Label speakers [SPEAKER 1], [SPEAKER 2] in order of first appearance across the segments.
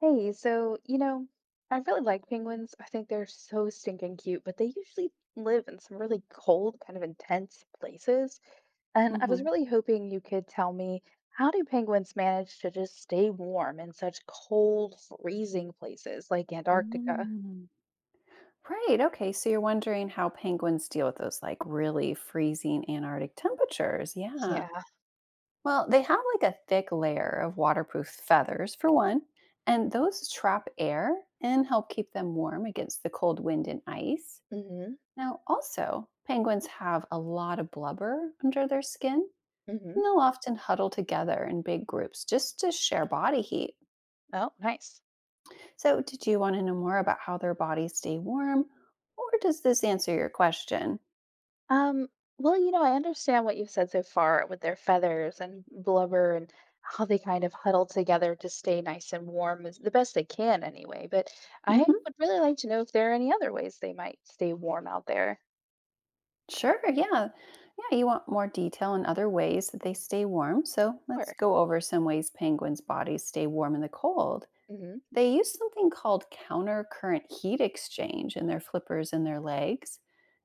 [SPEAKER 1] Hey, so, you know, I really like penguins. I think they're so stinking cute, but they usually live in some really cold, kind of intense places. And I was
[SPEAKER 2] Mhm.
[SPEAKER 1] really hoping you could tell me how do penguins manage to just stay warm in such cold, freezing places like Antarctica?
[SPEAKER 2] Mm. Right, okay, so you're wondering how penguins deal with those, like, really freezing Antarctic temperatures, yeah.
[SPEAKER 1] Yeah.
[SPEAKER 2] Well, they have, like, a thick layer of waterproof feathers, for one, and those trap air and help keep them warm against the cold wind and ice.
[SPEAKER 1] Mm-hmm.
[SPEAKER 2] Now, also, penguins have a lot of blubber under their skin,
[SPEAKER 1] Mm-hmm.
[SPEAKER 2] and they'll often huddle together in big groups just to share body heat.
[SPEAKER 1] Oh, nice.
[SPEAKER 2] So, did you want to know more about how their bodies stay warm, or does this answer your question?
[SPEAKER 1] Um, well, you know, I understand what you've said so far with their feathers and blubber and how they kind of huddle together to stay nice and warm as the best they can anyway, but I
[SPEAKER 2] Hmm.
[SPEAKER 1] would really like to know if there are any other ways they might stay warm out there.
[SPEAKER 2] Sure, yeah. Yeah, you want more detail on other ways that they stay warm. So, let's
[SPEAKER 1] Sure.
[SPEAKER 2] go over some ways penguins' bodies stay warm in the cold.
[SPEAKER 1] Mm-hmm.
[SPEAKER 2] They use something called countercurrent heat exchange in their flippers and their legs.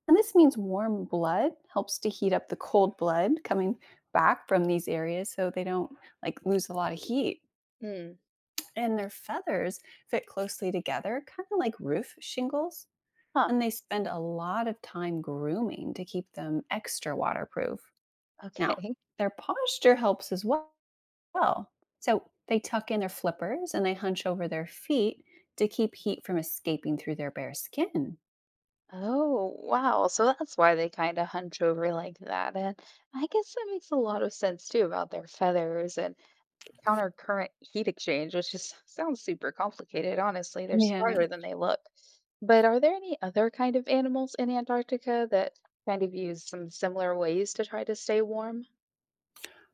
[SPEAKER 2] And this means warm blood helps to heat up the cold blood coming back from these areas so they don't like lose a lot of heat.
[SPEAKER 1] Mm.
[SPEAKER 2] And their feathers fit closely together, kind of like roof shingles,
[SPEAKER 1] Huh.
[SPEAKER 2] and they spend a lot of time grooming to keep them extra waterproof. Now,
[SPEAKER 1] Okay.
[SPEAKER 2] their posture helps as well. So they tuck in their flippers and they hunch over their feet to keep heat from escaping through their bare skin.
[SPEAKER 1] Oh, wow. So that's why they kind of hunch over like that. And I guess that makes a lot of sense too about their feathers and counter current heat exchange, which just sounds super complicated, honestly. They're
[SPEAKER 2] Yeah.
[SPEAKER 1] smarter than they look. But are there any other kind of animals in Antarctica that kind of use some similar ways to try to stay warm?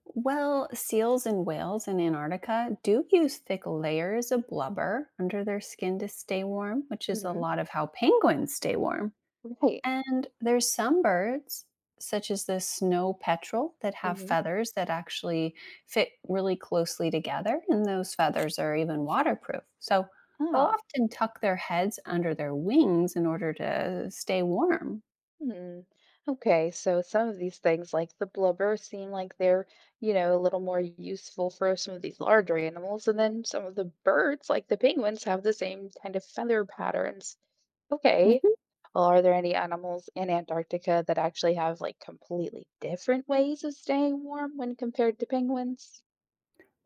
[SPEAKER 2] Well, seals and whales in Antarctica do use thick layers of blubber under their skin to stay warm, which is a
[SPEAKER 1] Hmm.
[SPEAKER 2] lot of how penguins stay warm.
[SPEAKER 1] Right.
[SPEAKER 2] And there's some birds, such as the snow petrel, that have
[SPEAKER 1] Hmm.
[SPEAKER 2] feathers that actually fit really closely together, and those feathers are even waterproof. So they'll
[SPEAKER 1] Ah.
[SPEAKER 2] often tuck their heads under their wings in order to stay warm.
[SPEAKER 1] Hmm. Okay, so some of these things, like the blubber, seem like they're, you know, a little more useful for some of these larger animals. And then some of the birds, like the penguins, have the same kind of feather patterns. Okay.
[SPEAKER 2] Mhm.
[SPEAKER 1] Well, are there any animals in Antarctica that actually have like completely different ways of staying warm when compared to penguins?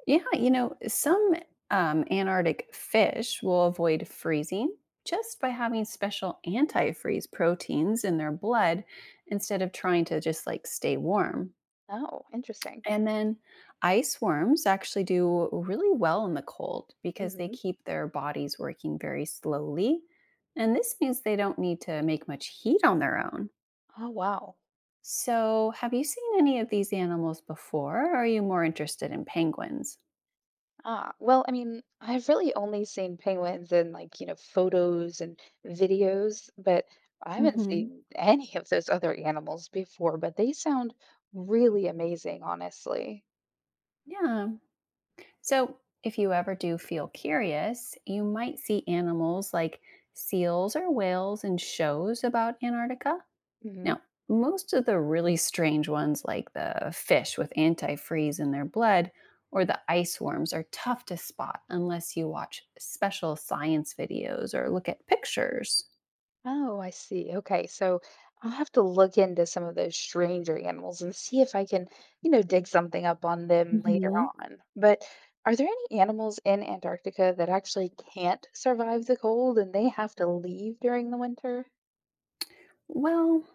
[SPEAKER 2] Yeah, some Antarctic fish will avoid freezing just by having special antifreeze proteins in their blood instead of trying to just like stay warm.
[SPEAKER 1] Oh, interesting.
[SPEAKER 2] And then ice worms actually do really well in the cold because they
[SPEAKER 1] Hmm.
[SPEAKER 2] keep their bodies working very slowly. And this means they don't need to make much heat on their own.
[SPEAKER 1] Oh, wow.
[SPEAKER 2] So, have you seen any of these animals before? Or are you more interested in penguins?
[SPEAKER 1] Ah, well, I mean, I've really only seen penguins in like, you know, photos and videos, but I haven't
[SPEAKER 2] Hmm.
[SPEAKER 1] seen any of those other animals before, but they sound really amazing, honestly.
[SPEAKER 2] Yeah. So, if you ever do feel curious, you might see animals like seals or whales in shows about Antarctica.
[SPEAKER 1] Mhm.
[SPEAKER 2] Now, most of the really strange ones, like the fish with antifreeze in their blood or the ice worms, are tough to spot unless you watch special science videos or look at pictures.
[SPEAKER 1] Oh, I see. Okay. So I'll have to look into some of those stranger animals and see if I can, you know, dig something up on them later
[SPEAKER 2] Hmm.
[SPEAKER 1] on. But are there any animals in Antarctica that actually can't survive the cold and they have to leave during the winter?
[SPEAKER 2] Well,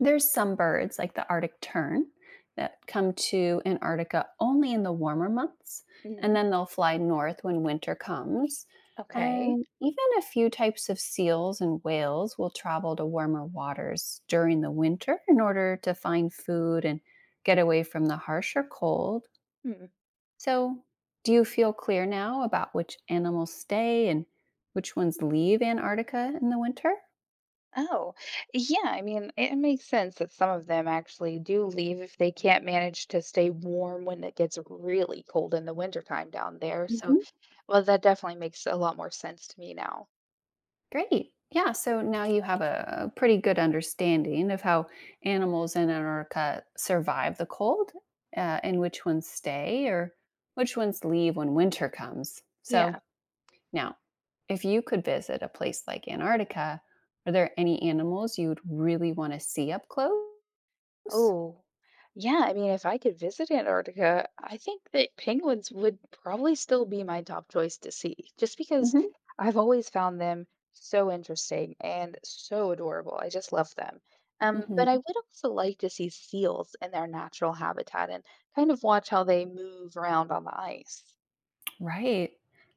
[SPEAKER 2] there's some birds, like the Arctic tern, that come to Antarctica only in the warmer months, and
[SPEAKER 1] Hmm.
[SPEAKER 2] then they'll fly north when winter comes.
[SPEAKER 1] Okay.
[SPEAKER 2] And even a few types of seals and whales will travel to warmer waters during the winter in order to find food and get away from the harsher cold.
[SPEAKER 1] Hmm.
[SPEAKER 2] So, do you feel clear now about which animals stay and which ones leave Antarctica in the winter?
[SPEAKER 1] Oh, yeah. I mean, it makes sense that some of them actually do leave if they can't manage to stay warm when it gets really cold in the wintertime down there. So, well, that definitely makes a lot more sense to me now.
[SPEAKER 2] Great. Yeah, so now you have a pretty good understanding of how animals in Antarctica survive the cold and which ones stay or which ones leave when winter comes. So
[SPEAKER 1] Yeah.
[SPEAKER 2] now, if you could visit a place like Antarctica, are there any animals you'd really want to see up close?
[SPEAKER 1] Oh, yeah. I mean, if I could visit Antarctica, I think that penguins would probably still be my top choice to see, just because
[SPEAKER 2] Hmm.
[SPEAKER 1] I've always found them so interesting and so adorable. I just love them. But I
[SPEAKER 2] Hmm.
[SPEAKER 1] would also like to see seals in their natural habitat and kind of watch how they move around on the ice.
[SPEAKER 2] Right.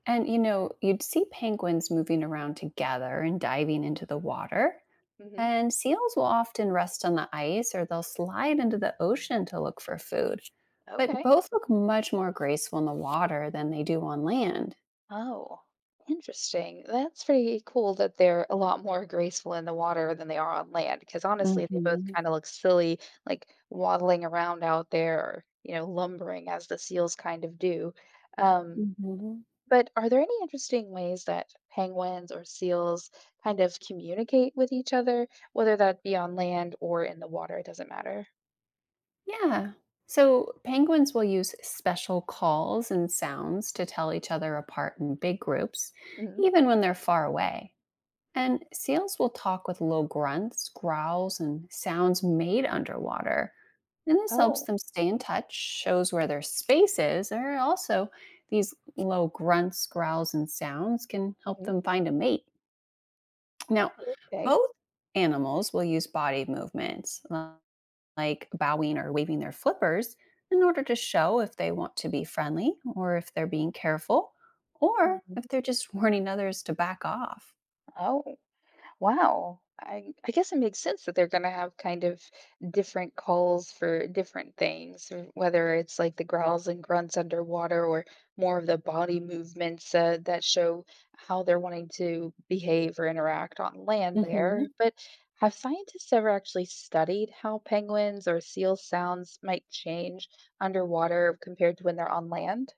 [SPEAKER 2] And you'd see penguins moving around together and diving into the water.
[SPEAKER 1] Hmm.
[SPEAKER 2] And seals will often rest on the ice or they'll slide into the ocean to look for food. But
[SPEAKER 1] Okay.
[SPEAKER 2] both look much more graceful in the water than they do on land.
[SPEAKER 1] Oh, interesting. That's pretty cool that they're a lot more graceful in the water than they are on land, because honestly, they both
[SPEAKER 2] Mhm.
[SPEAKER 1] kind of look silly, like waddling around out there or, you know, lumbering as the seals kind of do. Um,
[SPEAKER 2] Mhm.
[SPEAKER 1] but are there any interesting ways that penguins or seals kind of communicate with each other, whether that be on land or in the water? It doesn't matter.
[SPEAKER 2] Yeah. So penguins will use special calls and sounds to tell each other apart in big groups,
[SPEAKER 1] Hmm.
[SPEAKER 2] even when they're far away. And seals will talk with low grunts, growls, and sounds made underwater. And this helps
[SPEAKER 1] Oh.
[SPEAKER 2] them stay in touch, shows where their space is, and also these low grunts, growls, and sounds can help
[SPEAKER 1] Hmm.
[SPEAKER 2] them find a mate. Now,
[SPEAKER 1] Oh, okay.
[SPEAKER 2] both animals will use body movements like bowing or waving their flippers in order to show if they want to be friendly or if they're being careful or if
[SPEAKER 1] Hmm.
[SPEAKER 2] they're just warning others to back off.
[SPEAKER 1] Oh. Wow. I guess it makes sense that they're going to have kind of different calls for different things, or whether it's like the growls and grunts underwater or more of the body movements that show how they're wanting to behave or interact on land there. But have scientists ever actually studied how penguins or seal sounds might change underwater compared to when they're on land?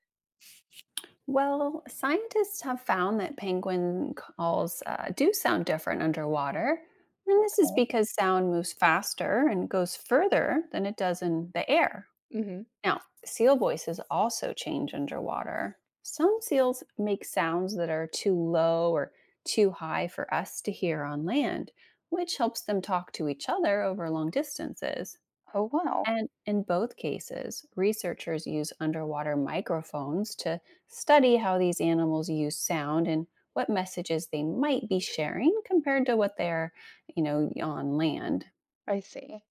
[SPEAKER 2] Well, scientists have found that penguin calls do sound different underwater. And this is
[SPEAKER 1] Okay.
[SPEAKER 2] because sound moves faster and goes further than it does in the air.
[SPEAKER 1] Hmm.
[SPEAKER 2] Now, seal voices also change underwater. Some seals make sounds that are too low or too high for us to hear on land, which helps them talk to each other over long distances.
[SPEAKER 1] Oh, wow.
[SPEAKER 2] And in both cases, researchers use underwater microphones to study how these animals use sound and what messages they might be sharing compared to what they're, on land.
[SPEAKER 1] I see.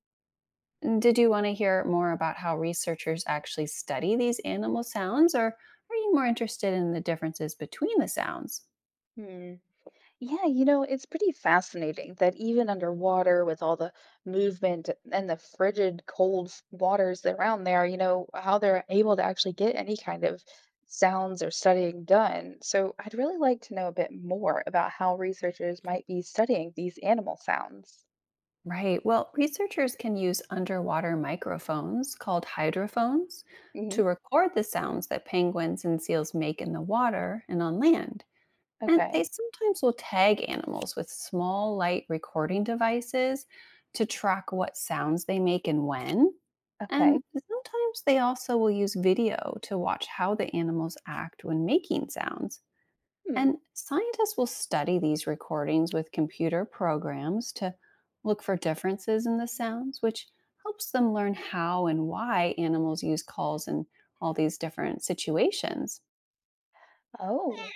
[SPEAKER 2] Did you want to hear more about how researchers actually study these animal sounds or are you more interested in the differences between the sounds?
[SPEAKER 1] Hmm. Yeah, you know, it's pretty fascinating that even underwater with all the movement and the frigid cold waters that around there, you know, how they're able to actually get any kind of sounds or studying done. So I'd really like to know a bit more about how researchers might be studying these animal sounds.
[SPEAKER 2] Right. Well, researchers can use underwater microphones called hydrophones
[SPEAKER 1] Hmm.
[SPEAKER 2] to record the sounds that penguins and seals make in the water and on land. And
[SPEAKER 1] Okay.
[SPEAKER 2] they sometimes will tag animals with small light recording devices to track what sounds they make and when.
[SPEAKER 1] Okay.
[SPEAKER 2] And sometimes they also will use video to watch how the animals act when making sounds.
[SPEAKER 1] Hmm.
[SPEAKER 2] And scientists will study these recordings with computer programs to look for differences in the sounds, which helps them learn how and why animals use calls in all these different situations.
[SPEAKER 1] Oh.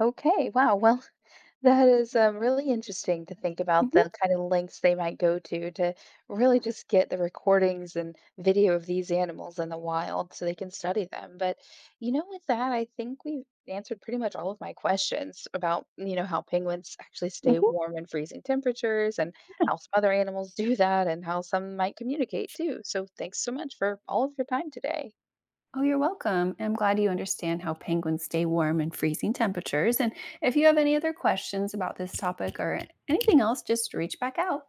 [SPEAKER 1] Okay, wow. Well, that is really interesting to think about
[SPEAKER 2] Mhm,
[SPEAKER 1] the kind of lengths they might go to really just get the recordings and video of these animals in the wild so they can study them. But, you know, with that, I think we've answered pretty much all of my questions about, you know, how penguins actually stay
[SPEAKER 2] mhm.
[SPEAKER 1] warm in freezing temperatures and how some other animals do that and how some might communicate too. So thanks so much for all of your time today.
[SPEAKER 2] Oh, you're welcome. I'm glad you understand how penguins stay warm in freezing temperatures. And if you have any other questions about this topic or anything else, just reach back out.